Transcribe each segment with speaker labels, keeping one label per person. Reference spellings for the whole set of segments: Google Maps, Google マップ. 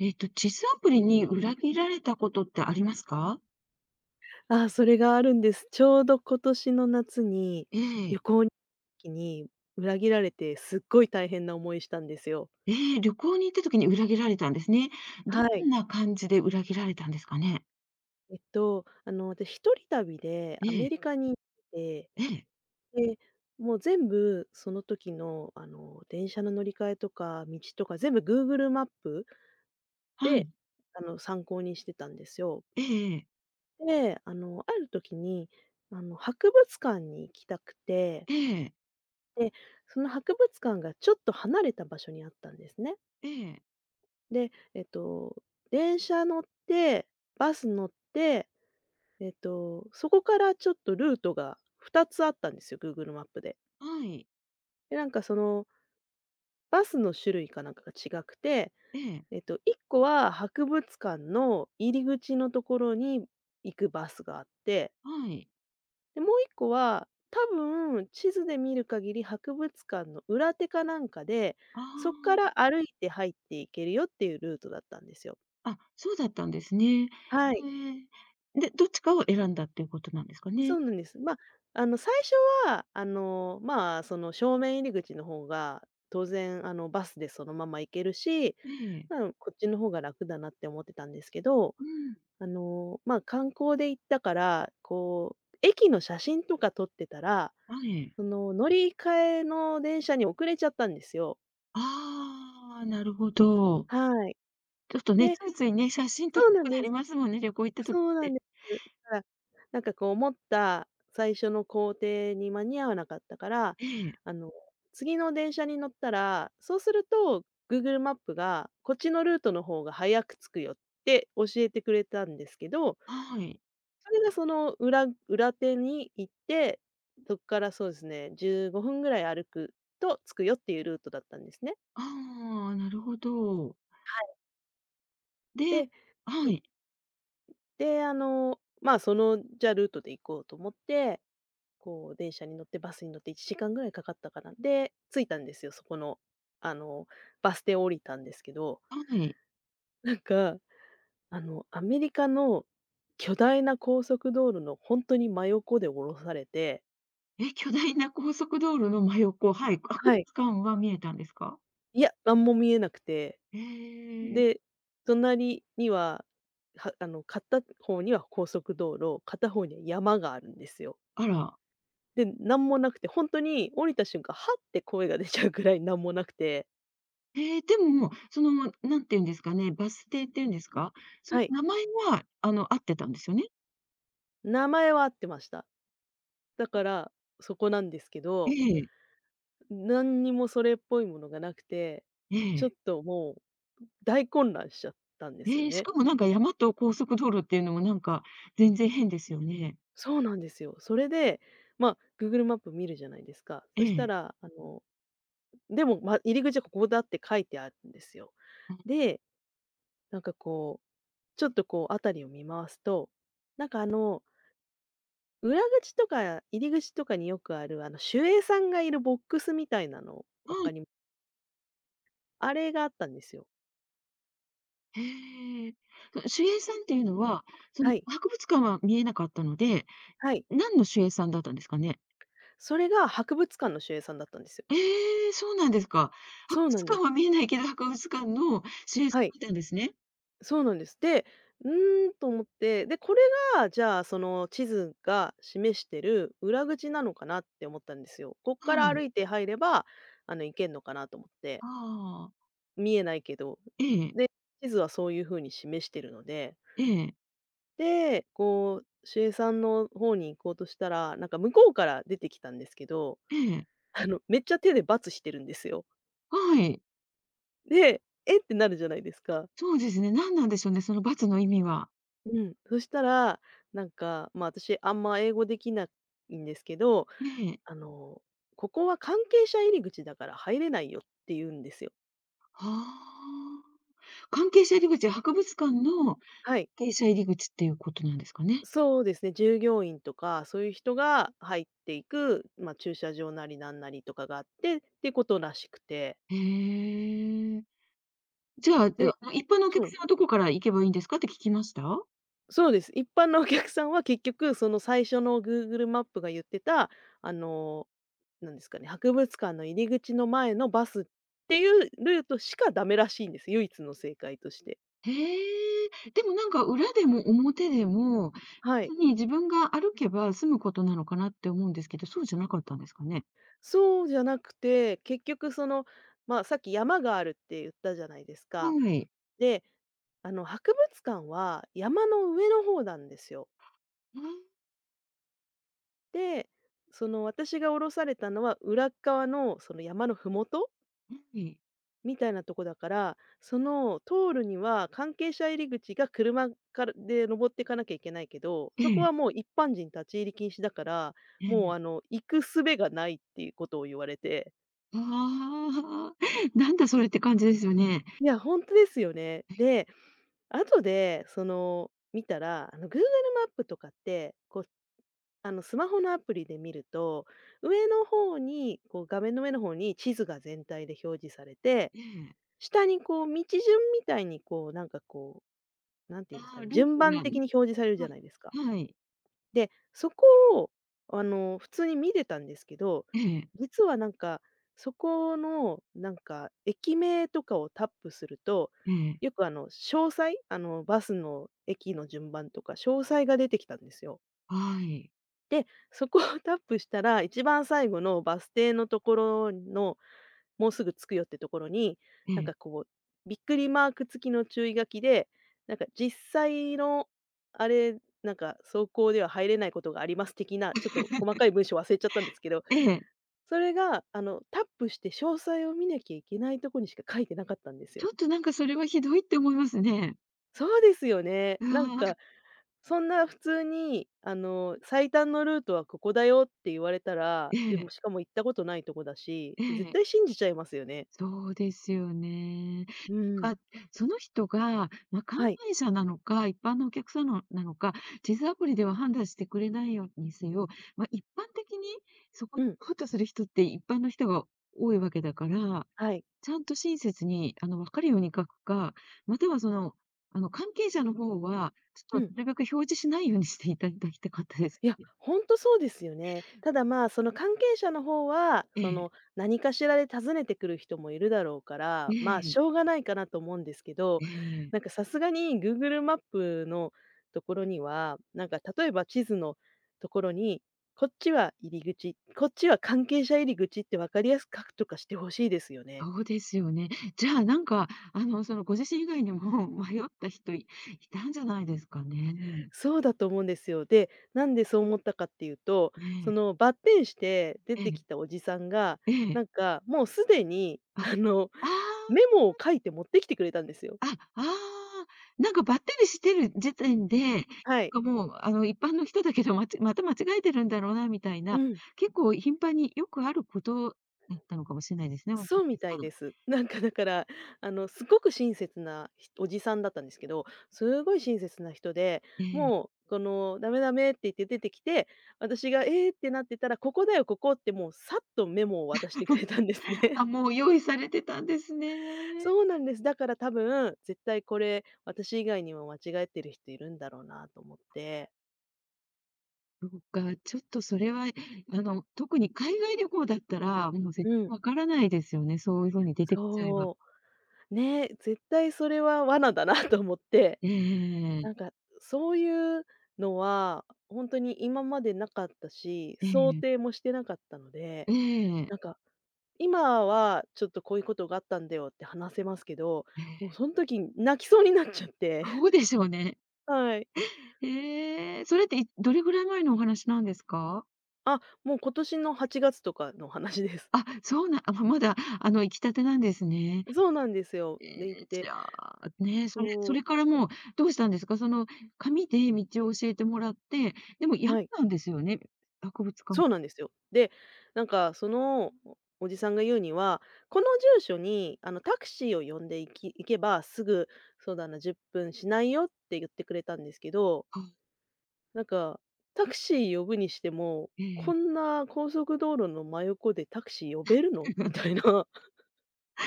Speaker 1: 地図アプリに裏切られたことってありますか？
Speaker 2: ああ、それがあるんです。ちょうど今年の夏に、
Speaker 1: ええ。
Speaker 2: 旅行に時に裏切られて、すっごい大変な思いしたんですよ。
Speaker 1: ええ、旅行に行った時に裏切られたんですね。
Speaker 2: は
Speaker 1: ど
Speaker 2: い。
Speaker 1: んな感じで裏切られたんですかね？
Speaker 2: 私一人旅で
Speaker 1: え
Speaker 2: アメ
Speaker 1: え、
Speaker 2: リカに行って
Speaker 1: ええ、
Speaker 2: て、で、もう全部その時の、電車の乗り換えとか道とか全部 Google マップ
Speaker 1: は
Speaker 2: で、
Speaker 1: い。
Speaker 2: 参考にしてたんですよ。
Speaker 1: ええええ。
Speaker 2: で、ある時に、博物館に行きたくて
Speaker 1: ええ、
Speaker 2: で、その博物館がちょっと離れた場所にあったんですね。
Speaker 1: ええ、
Speaker 2: で、電車乗って、バス乗って、そこからちょっとルートが2つあったんですよ、Google マップで。
Speaker 1: はい。
Speaker 2: で、なんかそのバスの種類かなんかが違くて、
Speaker 1: ええええええ
Speaker 2: 1個は博物館の入り口のところに行くバスがあって
Speaker 1: はい。
Speaker 2: で、もう一個は、多分地図で見る限り博物館の裏手かなんかで、
Speaker 1: あ
Speaker 2: そっから歩いて入っていけるよっていうルートだったんですよ。
Speaker 1: あ、あ、そうだったんですね。
Speaker 2: はい。
Speaker 1: ええ。で、どっちかを選んだっていうことなんですか
Speaker 2: そ
Speaker 1: ね？
Speaker 2: うなんです。ま、あの、最初は、その正面入り口の方が、当然、バスでそのまま行けるし、
Speaker 1: ええ、
Speaker 2: うん、こっちの方が楽だなって思ってたんですけど、
Speaker 1: うん、
Speaker 2: 観光で行ったから、こう、駅の写真とか撮ってたら
Speaker 1: はい。
Speaker 2: その、乗り換えの電車に遅れちゃったんですよ。
Speaker 1: ああ、なるほど。
Speaker 2: はい。
Speaker 1: ちょっとね、
Speaker 2: で
Speaker 1: ついついね、写真撮り
Speaker 2: そう
Speaker 1: た
Speaker 2: な
Speaker 1: く
Speaker 2: ん
Speaker 1: な
Speaker 2: で
Speaker 1: り
Speaker 2: す。
Speaker 1: ますもんね、旅行行った時っ
Speaker 2: そうなん
Speaker 1: て。
Speaker 2: です。だから、なんかこう思った最初の行程に間に合わなかったから、
Speaker 1: ええ、
Speaker 2: あの、次の電車に乗ったら、そうすると Google マップがこっちのルートの方が早く着くよって教えてくれたんですけど、
Speaker 1: はい。
Speaker 2: それがその裏手に行って、そっからそうですね、15分ぐらい歩くと着くよっていうルートだったんですね。
Speaker 1: ああ、なるほど。で
Speaker 2: で
Speaker 1: はい、
Speaker 2: で、ルートで行こうと思って、こう、電車に乗ってバスに乗って1時間ぐらいかかったかな。で、着いたんですよ、そこの、あの、バス停降りたんですけど、
Speaker 1: はい。
Speaker 2: なんか、アメリカの巨大な高速道路のほんとに真横で降ろされて、
Speaker 1: え、巨大な高速道路の真横、はい、博
Speaker 2: は
Speaker 1: 物
Speaker 2: い。
Speaker 1: 館は見えたんですか？
Speaker 2: いや、なんも見えなくて、
Speaker 1: ええ、
Speaker 2: で、隣には、はあの、片方には高速道路、片方には山があるんですよ。
Speaker 1: あら。
Speaker 2: で、なんもなくて、本当に降りた瞬間、はって声が出ちゃうぐらいなんもなくて、
Speaker 1: ええ、でも、その、何て言うんですかね、バス停っていうんですか、その
Speaker 2: はい。
Speaker 1: 名前は、合ってたんですよね？
Speaker 2: 名前は合ってました。だから、そこなんですけ
Speaker 1: え
Speaker 2: ど、
Speaker 1: え、
Speaker 2: 何にもそれっぽいものがなくて、
Speaker 1: え
Speaker 2: ちょっ
Speaker 1: え。
Speaker 2: ともう大混乱しちゃったんですよ
Speaker 1: ええ、し
Speaker 2: ね。
Speaker 1: かもなんか山と高速道路っていうのもなんか全然変ですよね。
Speaker 2: そうなんですよ。それで、まあ、Google マップ見るじゃないですか。
Speaker 1: え
Speaker 2: そした
Speaker 1: え。
Speaker 2: ら、でも、ま、入り口はここだって書いてあるんですよ。
Speaker 1: あ、は
Speaker 2: で、なんかこう、ちょっとこう辺りを見回すと、なんかあの裏口とか入り口とかによくある、守衛さんがいるボックスみたいなの、わか
Speaker 1: い。
Speaker 2: りあれがあったんですよ。
Speaker 1: へえ。守衛さんっていうのは、その
Speaker 2: はい。
Speaker 1: 博物館は見えなかったので、
Speaker 2: はい。
Speaker 1: 何の守衛さんだったんですかね？
Speaker 2: それが博物館の守衛さんだったんですよ。
Speaker 1: ええ、そうなんですか。博
Speaker 2: そうな
Speaker 1: 物
Speaker 2: んで
Speaker 1: 館
Speaker 2: す。
Speaker 1: は見えないけど、博物館の守衛さ
Speaker 2: は
Speaker 1: んが
Speaker 2: い。
Speaker 1: いたんですね。
Speaker 2: そうなんです。で、「うーん」と思って、で、これが、じゃあ、その地図が示してる裏口なのかなって思ったんですよ。こっ
Speaker 1: う
Speaker 2: から
Speaker 1: ん。
Speaker 2: 歩いて入れば、行けんのかなと思って。
Speaker 1: ああ。
Speaker 2: 見えないけど。
Speaker 1: ええ、
Speaker 2: で、地図はそういう風に示してるので
Speaker 1: ええ、
Speaker 2: で、こう、守衛さんの方に行こうとしたら、なんか向こうから出てきたんですけど、
Speaker 1: ええ。
Speaker 2: めっちゃ手でバツしてるんですよ。
Speaker 1: はい。
Speaker 2: で、えってなるじゃないですか。
Speaker 1: そうですね、何なんでしょうね、その×の意味は。
Speaker 2: うん。そしたら、なんか、ま、私あんま英語できないんですけど、
Speaker 1: ええ。
Speaker 2: あの、ここは関係者入り口だから入れないよって言うんですよ。
Speaker 1: はあ。関係者入り口は博物館の、関
Speaker 2: はい。
Speaker 1: 係者入り口っていうことなんですかね。
Speaker 2: そうですね、従業員とか、そういう人が入っていく、まあ、駐車場なりなんなりとかがあってってことらしくて。
Speaker 1: へえ。じゃあ、で
Speaker 2: で
Speaker 1: は、一般のお
Speaker 2: そ
Speaker 1: 客
Speaker 2: う。
Speaker 1: さんはどこから行けばいいんですかって聞きました？
Speaker 2: そうです。一般のお客さんは結局、その最初の Google マップが言ってた、あの、なんですかね、博物館の入り口の前のバスっていうルートしかダメらしいんです。唯一の正解として。
Speaker 1: へえ、でもなんか裏でも表でも、
Speaker 2: は
Speaker 1: 別
Speaker 2: い。
Speaker 1: に自分が歩けば済むことなのかなって思うんですけど、そうじゃなかったんですかね？
Speaker 2: そうじゃなくて、結局その、まあ、さっき山があるって言ったじゃないですか。
Speaker 1: はい。
Speaker 2: で、博物館は山の上の方なんですよ。
Speaker 1: あ、は
Speaker 2: で、その私が降ろされたのは裏っ側のその山のふもと
Speaker 1: い。
Speaker 2: みたいなとこだから、その通るには関係者入り口が車からで登っていかなきゃいけないけど、
Speaker 1: え
Speaker 2: そこは
Speaker 1: え、
Speaker 2: もう一般人立ち入り禁止だから、
Speaker 1: え
Speaker 2: もう
Speaker 1: え。
Speaker 2: あの行く術がないっていうことを言われて。
Speaker 1: ああ、なんだそれって感じですよね。
Speaker 2: いや、ほんとですよね。で、後でその見たら、あの Google マップとかって、こうあのスマホのアプリで見ると、上の方にこう画面の上の方に地図が全体で表示されて、
Speaker 1: ええ。
Speaker 2: 下にこう道順みたいにこうなんかこうなんていうんです
Speaker 1: あ
Speaker 2: か
Speaker 1: あ、
Speaker 2: ね、
Speaker 1: ルー
Speaker 2: 順
Speaker 1: ト
Speaker 2: 番
Speaker 1: が、ん、
Speaker 2: 的に表示されるじゃ
Speaker 1: あ、
Speaker 2: ないですか。
Speaker 1: はい。
Speaker 2: で、そこを、普通に見てたんですけど、
Speaker 1: ええ、
Speaker 2: 実はなんか、そこの、なんか、駅名とかをタップすると、
Speaker 1: ええ、
Speaker 2: よく詳細、バスの駅の順番とか、詳細が出てきたんですよ。
Speaker 1: はい。
Speaker 2: で、そこをタップしたら、一番最後のバス停のところの、もうすぐ着くよってところに、
Speaker 1: え
Speaker 2: なん
Speaker 1: え、
Speaker 2: かこう、びっくりマーク付きの注意書きで、なんか実際のあれ、なんか走行では入れないことがあります的な、ちょっと細かい文章忘れちゃったんですけど、
Speaker 1: ええ、
Speaker 2: それがあの、タップして詳細を見なきゃいけないとこにしか書いてなかったんです
Speaker 1: ち
Speaker 2: よ。
Speaker 1: ょっとなんかそれはひどいって思いますね。
Speaker 2: そうですよね。
Speaker 1: あ
Speaker 2: なん
Speaker 1: あ、
Speaker 2: かそんな普通に、最短のルートはここだよって言われたら、
Speaker 1: え
Speaker 2: でも、
Speaker 1: え、
Speaker 2: しかも行ったことないとこだし、
Speaker 1: え
Speaker 2: 絶対
Speaker 1: え。
Speaker 2: 信じちゃいますよね。
Speaker 1: そうですよね。
Speaker 2: うん
Speaker 1: なんか、その人が、まあ、関
Speaker 2: はい。
Speaker 1: 係者なのか、一般のお客さんのなのか、地図アプリでは判断してくれないようにせよ、まあ、一般的にそこ
Speaker 2: う
Speaker 1: に
Speaker 2: ん。
Speaker 1: 行こうとする人って一般の人が多いわけだから、
Speaker 2: はい。
Speaker 1: ちゃんと親切に、分かるように書くか、または関係者の方は、ち
Speaker 2: う
Speaker 1: ょっと
Speaker 2: ん。
Speaker 1: なるべく表示しないようにしていただきたかったです
Speaker 2: いや、
Speaker 1: ね。
Speaker 2: ほんとそうですよね。ただ、まあ、その関係者の方は、
Speaker 1: え
Speaker 2: そ
Speaker 1: え。
Speaker 2: の、何かしらで訪ねてくる人もいるだろうか
Speaker 1: え
Speaker 2: ら、まあ、
Speaker 1: え、
Speaker 2: しょうがないかなと思うんですけど、
Speaker 1: ええ。
Speaker 2: なんかさすがに Google マップのところには、なんか例えば地図のところに、こっちは入り口、こっちは関係者入り口って分かりやすく書くとかしてほしいですよね。
Speaker 1: そうですよね。じゃあ、なんか、ご自身以外にも 迷った人いたんじゃないですかね。
Speaker 2: そうだと思うんですよ。で、なんでそう思ったかっていうと、
Speaker 1: ね
Speaker 2: そ
Speaker 1: え、
Speaker 2: のバッテンして出
Speaker 1: え
Speaker 2: て
Speaker 1: え、
Speaker 2: きたおじさんが、
Speaker 1: え
Speaker 2: なん
Speaker 1: え。
Speaker 2: かもうすでに
Speaker 1: あ、ああ、
Speaker 2: メモを書いて持ってきてくれたんですよ。
Speaker 1: あ、あああなんかばったりしてる時点で、なん
Speaker 2: はい。
Speaker 1: かもう、一般の人だけど、また間違えてるんだろうなみたい
Speaker 2: う
Speaker 1: な、
Speaker 2: ん。
Speaker 1: 結構頻繁によくあることだったのかもしれないですね。もし
Speaker 2: そうみ
Speaker 1: かし
Speaker 2: た
Speaker 1: た
Speaker 2: い
Speaker 1: ら。
Speaker 2: です。なんかだから、すごく親切なひおじさんだったんですけど、すごい親切な人で、
Speaker 1: ええ。
Speaker 2: もうこの「ダメダメ」って言って出てきて、私が「えーってなってたら「ここだよ、ここ」ってもうさっとメモを渡してくれたんですね。
Speaker 1: あ、もう用意されてたんですね。
Speaker 2: そうなんです。だから多分、絶対これ、私以外にも間違えてる人いるんだろうなと思って。
Speaker 1: そうか、ちょっとそれは、特に海外旅行だったら、もう絶
Speaker 2: う
Speaker 1: 対
Speaker 2: ん。
Speaker 1: わからないですよね、そういうふうに出てきちゃえば。
Speaker 2: そう。ね、絶対それは罠だな と思って、
Speaker 1: ええ
Speaker 2: なん
Speaker 1: え
Speaker 2: かそういうのは、本当に今までなかったし、
Speaker 1: え
Speaker 2: 想
Speaker 1: え
Speaker 2: 定
Speaker 1: え。
Speaker 2: もしてなかったので、
Speaker 1: ええ。
Speaker 2: なんか、今はちょっとこういうことがあったんだよって話せますけど、もうその時泣きそうになっちゃって、
Speaker 1: そうで しょうね。
Speaker 2: はい。
Speaker 1: ええ、それって、どれぐらい前のお話なんですか？
Speaker 2: あ、もう今年の8月とかの話です。
Speaker 1: あ、そうなあ、まだ、行きたてなんですね。
Speaker 2: そうなんですよ。
Speaker 1: え
Speaker 2: で、行っ
Speaker 1: え、じ
Speaker 2: て、
Speaker 1: ゃあ、ね、それそ
Speaker 2: そ
Speaker 1: れか
Speaker 2: う、
Speaker 1: らもうどうしたんですか？その紙で道を教えてもらって、でも山
Speaker 2: はい、
Speaker 1: なんですよね、博物館。
Speaker 2: そうなんですよ。で、そのおおじさんが言うには、この住所にあのタクシーを呼んで行けば、すぐそうだな、10分しないよって言ってくれたんですけど、
Speaker 1: あ、
Speaker 2: なんかタクシー呼ぶにしても、
Speaker 1: え
Speaker 2: こ
Speaker 1: え。
Speaker 2: んな高速道路の真横でタクシー呼べるのみたいな。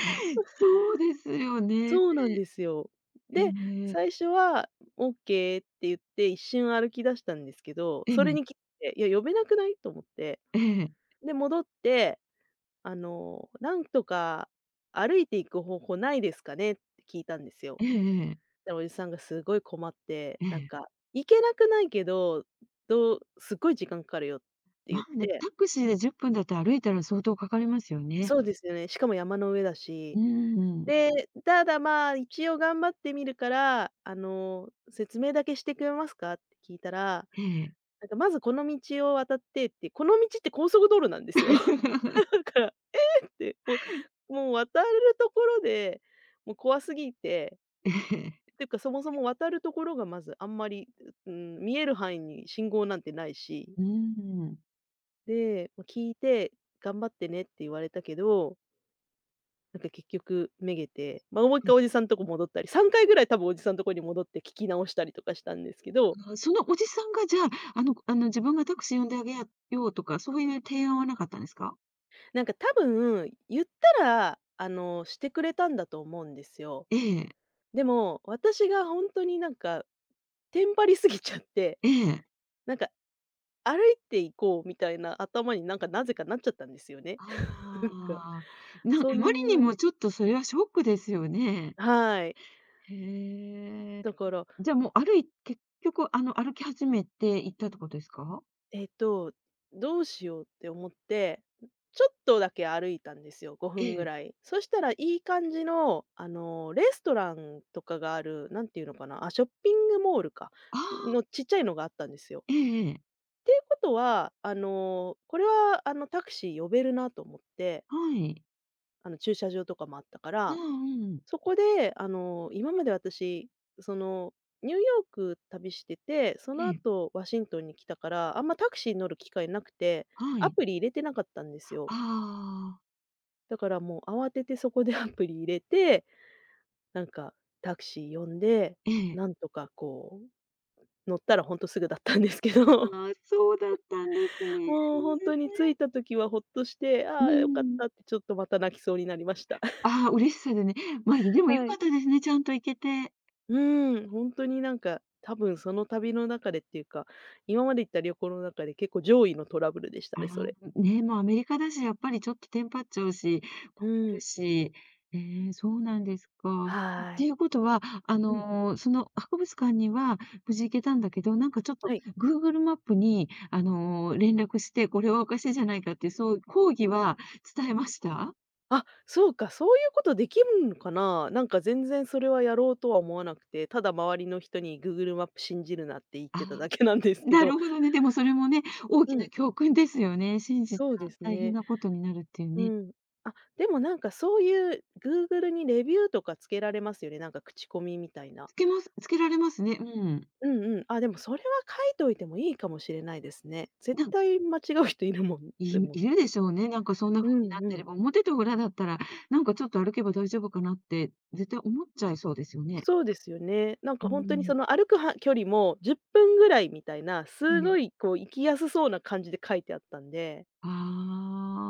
Speaker 1: そうですよね。
Speaker 2: そうなんですよ。
Speaker 1: え
Speaker 2: で、
Speaker 1: え、
Speaker 2: 最初はオッケーって言って一瞬歩き出したんですけど、
Speaker 1: え
Speaker 2: それ
Speaker 1: え、
Speaker 2: に気づいて、いや、呼べなくない？と思って。
Speaker 1: ええ、
Speaker 2: で、戻って、なんとか歩いていく方法ないですかね？って聞いたんですよ。
Speaker 1: ええええ、ええええ
Speaker 2: でおじさんがすごい困って、
Speaker 1: ええ
Speaker 2: 行けなくないけど、すっごい時間かかるよって言
Speaker 1: な
Speaker 2: っ
Speaker 1: んで、
Speaker 2: て、
Speaker 1: タクシーで10分だって歩いたら相当かかりますよね。
Speaker 2: そうですよね、しかも山の上だ
Speaker 1: う
Speaker 2: し。
Speaker 1: ーん、
Speaker 2: で、ただ、まあ、一応頑張ってみるから、説明だけしてくれますかって聞いたら、
Speaker 1: ええ。
Speaker 2: まずこの道を渡ってって、この道って高速道路なんですよ。だ から、で、もう渡るところで、もう怖すぎて、
Speaker 1: ええ、
Speaker 2: っていうかそもそも渡るところがまずあんまり、うん、見える範囲に信号なんてないし、
Speaker 1: うーん。
Speaker 2: で、ま、聞いて、頑張ってねって言われたけど結局めげて、まあ、もう一回おじさんとこ戻ったり、3回ぐらい多分おじさんとこに戻って聞き直したりとかしたんですけど、
Speaker 1: あ、そのおじさんがじゃあ、自分がタクシー呼んであげやようとか、そういう提案はなかったんですか？
Speaker 2: 多分、言ったら、してくれたんだと思うんですよ。
Speaker 1: ええ、
Speaker 2: でも、私が本当にテンパりすぎちゃって、
Speaker 1: ええ。
Speaker 2: なんか歩いていこうみたいな頭になぜかなっちゃったんですよね。
Speaker 1: あ
Speaker 2: なんか、
Speaker 1: あ、あ
Speaker 2: そ
Speaker 1: まり
Speaker 2: ん
Speaker 1: に
Speaker 2: な
Speaker 1: も
Speaker 2: ね、
Speaker 1: ちょっとそれはショックですよね。
Speaker 2: はい。
Speaker 1: へえ。
Speaker 2: だから
Speaker 1: じゃあもう結局、歩き始めて行ったってことですか？
Speaker 2: えっと、どうしようって思って、ちょっとだけ歩いたんですよ、5
Speaker 1: え
Speaker 2: 分ぐら
Speaker 1: え。
Speaker 2: い。そしたらいい感じの、レストランとかがある、なんていうのかな、あ、ショッピングモールか、
Speaker 1: ああ、
Speaker 2: のちっちゃいのがあったんですよ。
Speaker 1: ええええ、
Speaker 2: っていうことは、これは、タクシー呼べるなと思って、
Speaker 1: はい。
Speaker 2: 駐車場とかもあったか
Speaker 1: う
Speaker 2: ら、
Speaker 1: んうん。
Speaker 2: そこで、今まで私、その、ニューヨーク旅してて、そ
Speaker 1: え
Speaker 2: の
Speaker 1: え。
Speaker 2: 後ワシントンに来たから、あんまタクシーに乗る機会なくて、
Speaker 1: は
Speaker 2: ア
Speaker 1: い。
Speaker 2: プリ入れてなかったんですよ。
Speaker 1: ああ、
Speaker 2: だからもう慌ててそこでアプリ入れて、なんかタクシー呼んで、
Speaker 1: ええ。
Speaker 2: なんとかこう、乗ったらほんとすぐだったんですけど、
Speaker 1: あ あ、そうだったんですね。
Speaker 2: もう本当に着いた時はほっとして、
Speaker 1: う
Speaker 2: ああ、よかっ
Speaker 1: ん。
Speaker 2: たってちょっとまた泣きそうになりました。
Speaker 1: ああ、嬉しさでね。まあ、でも良
Speaker 2: は
Speaker 1: か
Speaker 2: い。
Speaker 1: ったですね、ちゃんと行けて。
Speaker 2: うーん、本当に、多分その旅の中でっていうか、今まで行った旅行の中で結構上位のトラブルでした
Speaker 1: あ
Speaker 2: ね、それ。
Speaker 1: あ、ね、もうアメリカだし、やっぱりちょっとテンパっちゃうし、
Speaker 2: う
Speaker 1: こる
Speaker 2: ん。
Speaker 1: し。そうなんですか。っ
Speaker 2: は
Speaker 1: て
Speaker 2: い。
Speaker 1: いうことは、
Speaker 2: うん、
Speaker 1: その博物館には無事行けたんだけど、なんかちょっと
Speaker 2: はい。
Speaker 1: Google マップに、連絡して、これはおかしいじゃないかってそう抗議は伝えました？
Speaker 2: あ、そうか、そういうことできるのかな？全然それはやろうとは思わなくて、ただ周りの人に「Google マップ信じるな」って言っ
Speaker 1: あ
Speaker 2: てただけなんですけ
Speaker 1: な
Speaker 2: ど、
Speaker 1: るほどね。でもそれもね、大
Speaker 2: う
Speaker 1: きな
Speaker 2: ん、
Speaker 1: 教訓ですよね。信じた
Speaker 2: そうです
Speaker 1: 大変
Speaker 2: ね。
Speaker 1: なことになるっていう
Speaker 2: う
Speaker 1: ね。
Speaker 2: ん。あ、でもそういう Google にレビューとかつけられますよね、なんか口コミみたいな。
Speaker 1: つけられますね。うん。
Speaker 2: うんうん。あ、でもそれは書いといてもいいかもしれないですね。絶
Speaker 1: なん
Speaker 2: 対間違う人いるもんって
Speaker 1: い
Speaker 2: 思っ
Speaker 1: いる
Speaker 2: て。
Speaker 1: でしょうね。なんかそんな
Speaker 2: う
Speaker 1: 風になっ
Speaker 2: んう
Speaker 1: てれ
Speaker 2: ん。
Speaker 1: ば、表と裏だったら、なんかちょっと歩けば大丈夫かなって、絶対思っちゃいそうですよね。
Speaker 2: そうですよね。なん
Speaker 1: うー
Speaker 2: か本当に
Speaker 1: ん、
Speaker 2: その歩くは距離も10分ぐらいみたいな、
Speaker 1: え
Speaker 2: す
Speaker 1: え。
Speaker 2: ごいこう行きやすそうな感じで書いてあったんで。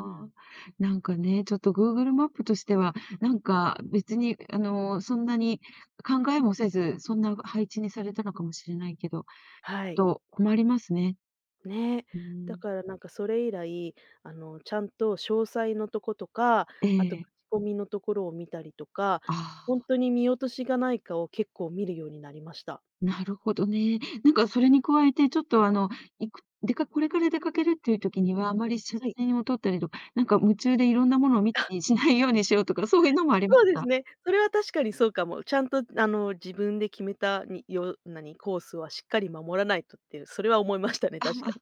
Speaker 2: う
Speaker 1: あ、
Speaker 2: ん。
Speaker 1: なんかね、ちょっと Google マップとしては、なんか別にそんなに考えもせず、そんな配置にされたのかもしれないけど、
Speaker 2: はい。
Speaker 1: と困りますね。
Speaker 2: ね。
Speaker 1: うー
Speaker 2: だ
Speaker 1: ん。
Speaker 2: からそれ以来、ちゃんと詳細のとことか、
Speaker 1: え
Speaker 2: あと口
Speaker 1: え、
Speaker 2: コミのところを見たりとか、
Speaker 1: あ
Speaker 2: 本
Speaker 1: あ。
Speaker 2: 当に見落としがないかを結構見るようになりました。
Speaker 1: なるほどね。なんかそれに加えて、ちょっといくでかこれから出かけるっていう時には、あまり写
Speaker 2: はい。
Speaker 1: 真を撮ったりとか、なんか夢中でいろんなものをしないようにしようとか、そういうのもありまし
Speaker 2: そうです
Speaker 1: た。
Speaker 2: ね。それは確かにそうかも。ちゃんと自分で決めた、によ何、コースはしっかり守らないとっていう、それは思いましたね、確かに。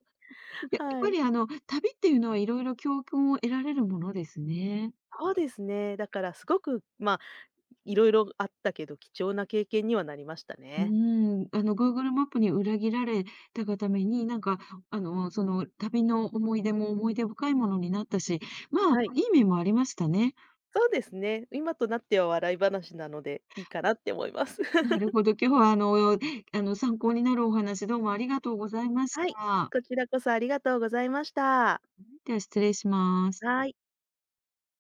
Speaker 1: やっ
Speaker 2: は
Speaker 1: ぱ
Speaker 2: い。
Speaker 1: り旅っていうのはいろいろ教訓を得られるものですね。
Speaker 2: そうですね。だからすごく、まあ、いろいろあったけど、貴重な経験にはなりました
Speaker 1: うー
Speaker 2: ね。
Speaker 1: ん、Google マップに裏切られたがために、なんか、その旅の思い出も思い出深いものになったし、まあ、
Speaker 2: はい。
Speaker 1: いい面もありましたね。
Speaker 2: そうですね。今となっては笑い話なので、いいかなって思います。
Speaker 1: なる ほど、今日は参考になるお話どうもありがとうございまし
Speaker 2: はい、
Speaker 1: た。
Speaker 2: こちらこそありがとうございました。
Speaker 1: では失礼します。
Speaker 2: はい。